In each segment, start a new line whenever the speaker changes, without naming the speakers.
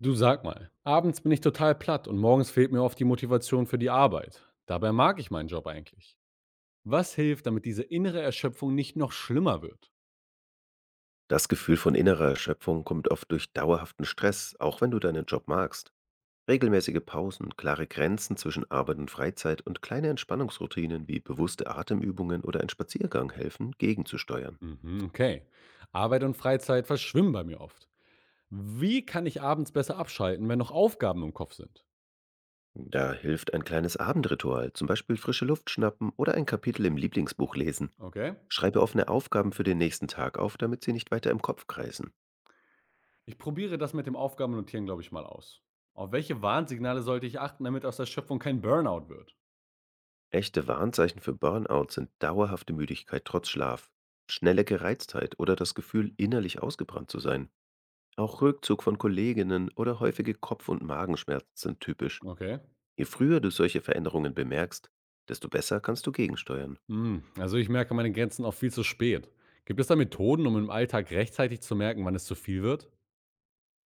Du, sag mal, abends bin ich total platt und morgens fehlt mir oft die Motivation für die Arbeit. Dabei mag ich meinen Job eigentlich. Was hilft, damit diese innere Erschöpfung nicht noch schlimmer wird?
Das Gefühl von innerer Erschöpfung kommt oft durch dauerhaften Stress, auch wenn du deinen Job magst. Regelmäßige Pausen, klare Grenzen zwischen Arbeit und Freizeit und kleine Entspannungsroutinen wie bewusste Atemübungen oder ein Spaziergang helfen, gegenzusteuern.
Mhm, okay. Arbeit und Freizeit verschwimmen bei mir oft. Wie kann ich abends besser abschalten, wenn noch Aufgaben im Kopf sind?
Da hilft ein kleines Abendritual, zum Beispiel frische Luft schnappen oder ein Kapitel im Lieblingsbuch lesen.
Okay.
Schreibe offene Aufgaben für den nächsten Tag auf, damit sie nicht weiter im Kopf kreisen.
Ich probiere das mit dem Aufgabennotieren, glaube ich, mal aus. Auf welche Warnsignale sollte ich achten, damit aus der Schöpfung kein Burnout wird?
Echte Warnzeichen für Burnout sind dauerhafte Müdigkeit trotz Schlaf, schnelle Gereiztheit oder das Gefühl, innerlich ausgebrannt zu sein. Auch Rückzug von Kolleginnen oder häufige Kopf- und Magenschmerzen sind typisch.
Okay.
Je früher du solche Veränderungen bemerkst, desto besser kannst du gegensteuern.
Hm, also ich merke meine Grenzen auch viel zu spät. Gibt es da Methoden, um im Alltag rechtzeitig zu merken, wann es zu viel wird?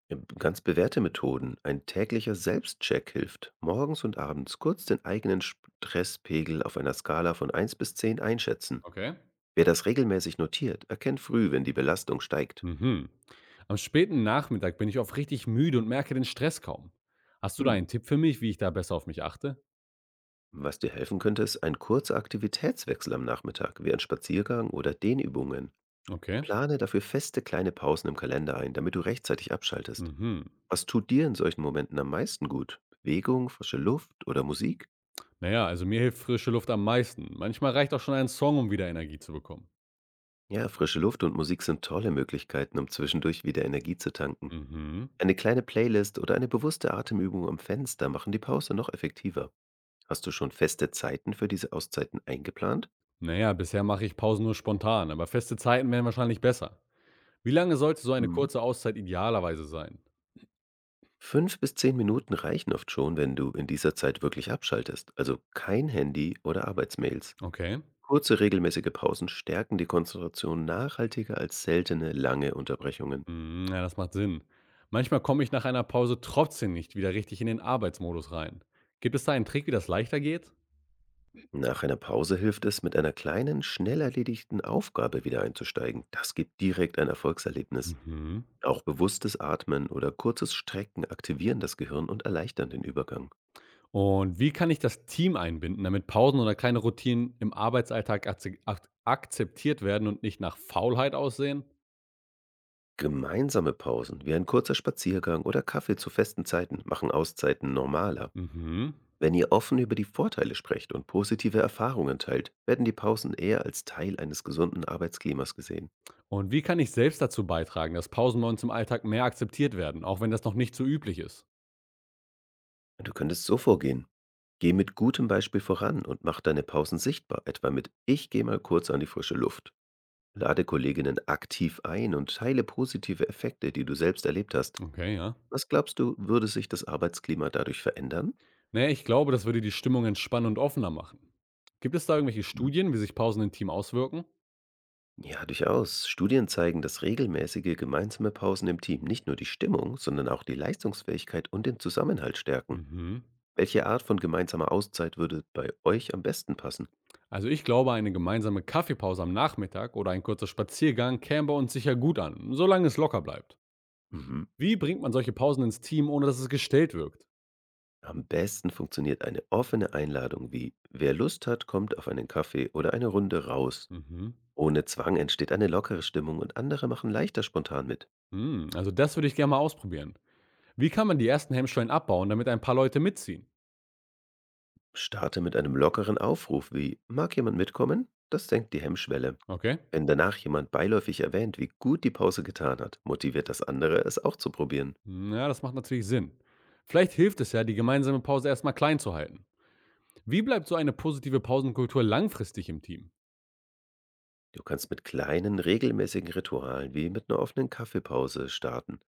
Ganz bewährte Methoden. Ein täglicher Selbstcheck hilft, morgens und abends kurz den eigenen Stresspegel auf einer Skala von 1 bis 10 einschätzen.
Okay.
Wer das regelmäßig notiert, erkennt früh, wenn die Belastung steigt.
Mhm. Am späten Nachmittag bin ich oft richtig müde und merke den Stress kaum. Hast du da
Hm.
einen Tipp für mich, wie ich da besser auf mich achte?
Was dir helfen könnte, ist ein kurzer Aktivitätswechsel am Nachmittag, wie ein Spaziergang oder Dehnübungen.
Okay.
Plane dafür feste kleine Pausen im Kalender ein, damit du rechtzeitig abschaltest.
Mhm.
Was tut dir in solchen Momenten am meisten gut? Bewegung, frische Luft oder Musik?
Naja, also mir hilft frische Luft am meisten. Manchmal reicht auch schon ein Song, um wieder Energie zu bekommen.
Ja, frische Luft und Musik sind tolle Möglichkeiten, um zwischendurch wieder Energie zu tanken.
Mhm.
Eine kleine Playlist oder eine bewusste Atemübung am Fenster machen die Pause noch effektiver. Hast du schon feste Zeiten für diese Auszeiten eingeplant?
Naja, bisher mache ich Pausen nur spontan, aber feste Zeiten wären wahrscheinlich besser. Wie lange sollte so eine
Mhm.
kurze Auszeit idealerweise sein?
5 bis 10 Minuten reichen oft schon, wenn du in dieser Zeit wirklich abschaltest, also kein Handy oder Arbeitsmails.
Okay.
Kurze, regelmäßige Pausen stärken die Konzentration nachhaltiger als seltene, lange Unterbrechungen.
Mhm, ja, das macht Sinn. Manchmal komme ich nach einer Pause trotzdem nicht wieder richtig in den Arbeitsmodus rein. Gibt es da einen Trick, wie das leichter geht?
Nach einer Pause hilft es, mit einer kleinen, schnell erledigten Aufgabe wieder einzusteigen. Das gibt direkt ein Erfolgserlebnis.
Mhm.
Auch bewusstes Atmen oder kurzes Strecken aktivieren das Gehirn und erleichtern den Übergang.
Und wie kann ich das Team einbinden, damit Pausen oder kleine Routinen im Arbeitsalltag akzeptiert werden und nicht nach Faulheit aussehen?
Gemeinsame Pausen, wie ein kurzer Spaziergang oder Kaffee zu festen Zeiten, machen Auszeiten normaler.
Mhm.
Wenn ihr offen über die Vorteile sprecht und positive Erfahrungen teilt, werden die Pausen eher als Teil eines gesunden Arbeitsklimas gesehen.
Und wie kann ich selbst dazu beitragen, dass Pausen bei uns im Alltag mehr akzeptiert werden, auch wenn das noch nicht so üblich ist?
Du könntest so vorgehen. Geh mit gutem Beispiel voran und mach deine Pausen sichtbar, etwa mit: Ich gehe mal kurz an die frische Luft. Lade Kolleginnen aktiv ein und teile positive Effekte, die du selbst erlebt hast.
Okay, ja.
Was glaubst du, würde sich das Arbeitsklima dadurch verändern?
Naja, ich glaube, das würde die Stimmung entspannen und offener machen. Gibt es da irgendwelche
Mhm,
Studien, wie sich Pausen im Team auswirken?
ja, durchaus. Studien zeigen, dass regelmäßige gemeinsame Pausen im Team nicht nur die Stimmung, sondern auch die Leistungsfähigkeit und den Zusammenhalt stärken.
Mhm.
Welche Art von gemeinsamer Auszeit würde bei euch am besten passen?
Also ich glaube, eine gemeinsame Kaffeepause am Nachmittag oder ein kurzer Spaziergang käme bei uns sicher gut an, solange es locker bleibt.
Mhm.
Wie bringt man solche Pausen ins Team, ohne dass es gestellt wirkt?
Am besten funktioniert eine offene Einladung wie: Wer Lust hat, kommt auf einen Kaffee oder eine Runde raus.
Mhm.
Ohne Zwang entsteht eine lockere Stimmung und andere machen leichter spontan mit.
Hm, also das würde ich gerne mal ausprobieren. Wie kann man die ersten Hemmschwellen abbauen, damit ein paar Leute mitziehen?
Starte mit einem lockeren Aufruf wie: Mag jemand mitkommen? Das senkt die Hemmschwelle.
Okay.
Wenn danach jemand beiläufig erwähnt, wie gut die Pause getan hat, motiviert das andere, es auch zu probieren.
Hm, ja, das macht natürlich Sinn. Vielleicht hilft es ja, die gemeinsame Pause erstmal klein zu halten. Wie bleibt so eine positive Pausenkultur langfristig im Team?
Du kannst mit kleinen, regelmäßigen Ritualen wie mit einer offenen Kaffeepause starten.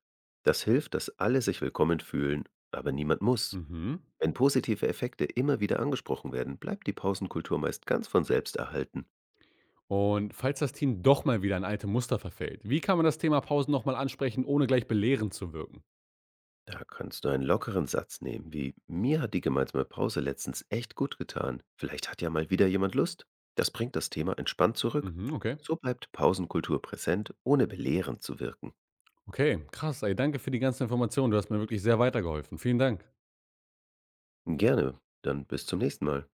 Das hilft, dass alle sich willkommen fühlen, aber niemand muss.
Mhm.
Wenn positive Effekte immer wieder angesprochen werden, bleibt die Pausenkultur meist ganz von selbst erhalten.
Und falls das Team doch mal wieder in alte Muster verfällt, wie kann man das Thema Pausen nochmal ansprechen, ohne gleich belehrend zu wirken?
Da kannst du einen lockeren Satz nehmen, wie: Mir hat die gemeinsame Pause letztens echt gut getan. Vielleicht hat ja mal wieder jemand Lust. Das bringt das Thema entspannt zurück.
Mhm, okay.
So bleibt Pausenkultur präsent, ohne belehrend zu wirken.
Okay, krass. Ey, danke für die ganzen Informationen. Du hast mir wirklich sehr weitergeholfen. Vielen Dank.
Gerne, dann bis zum nächsten Mal.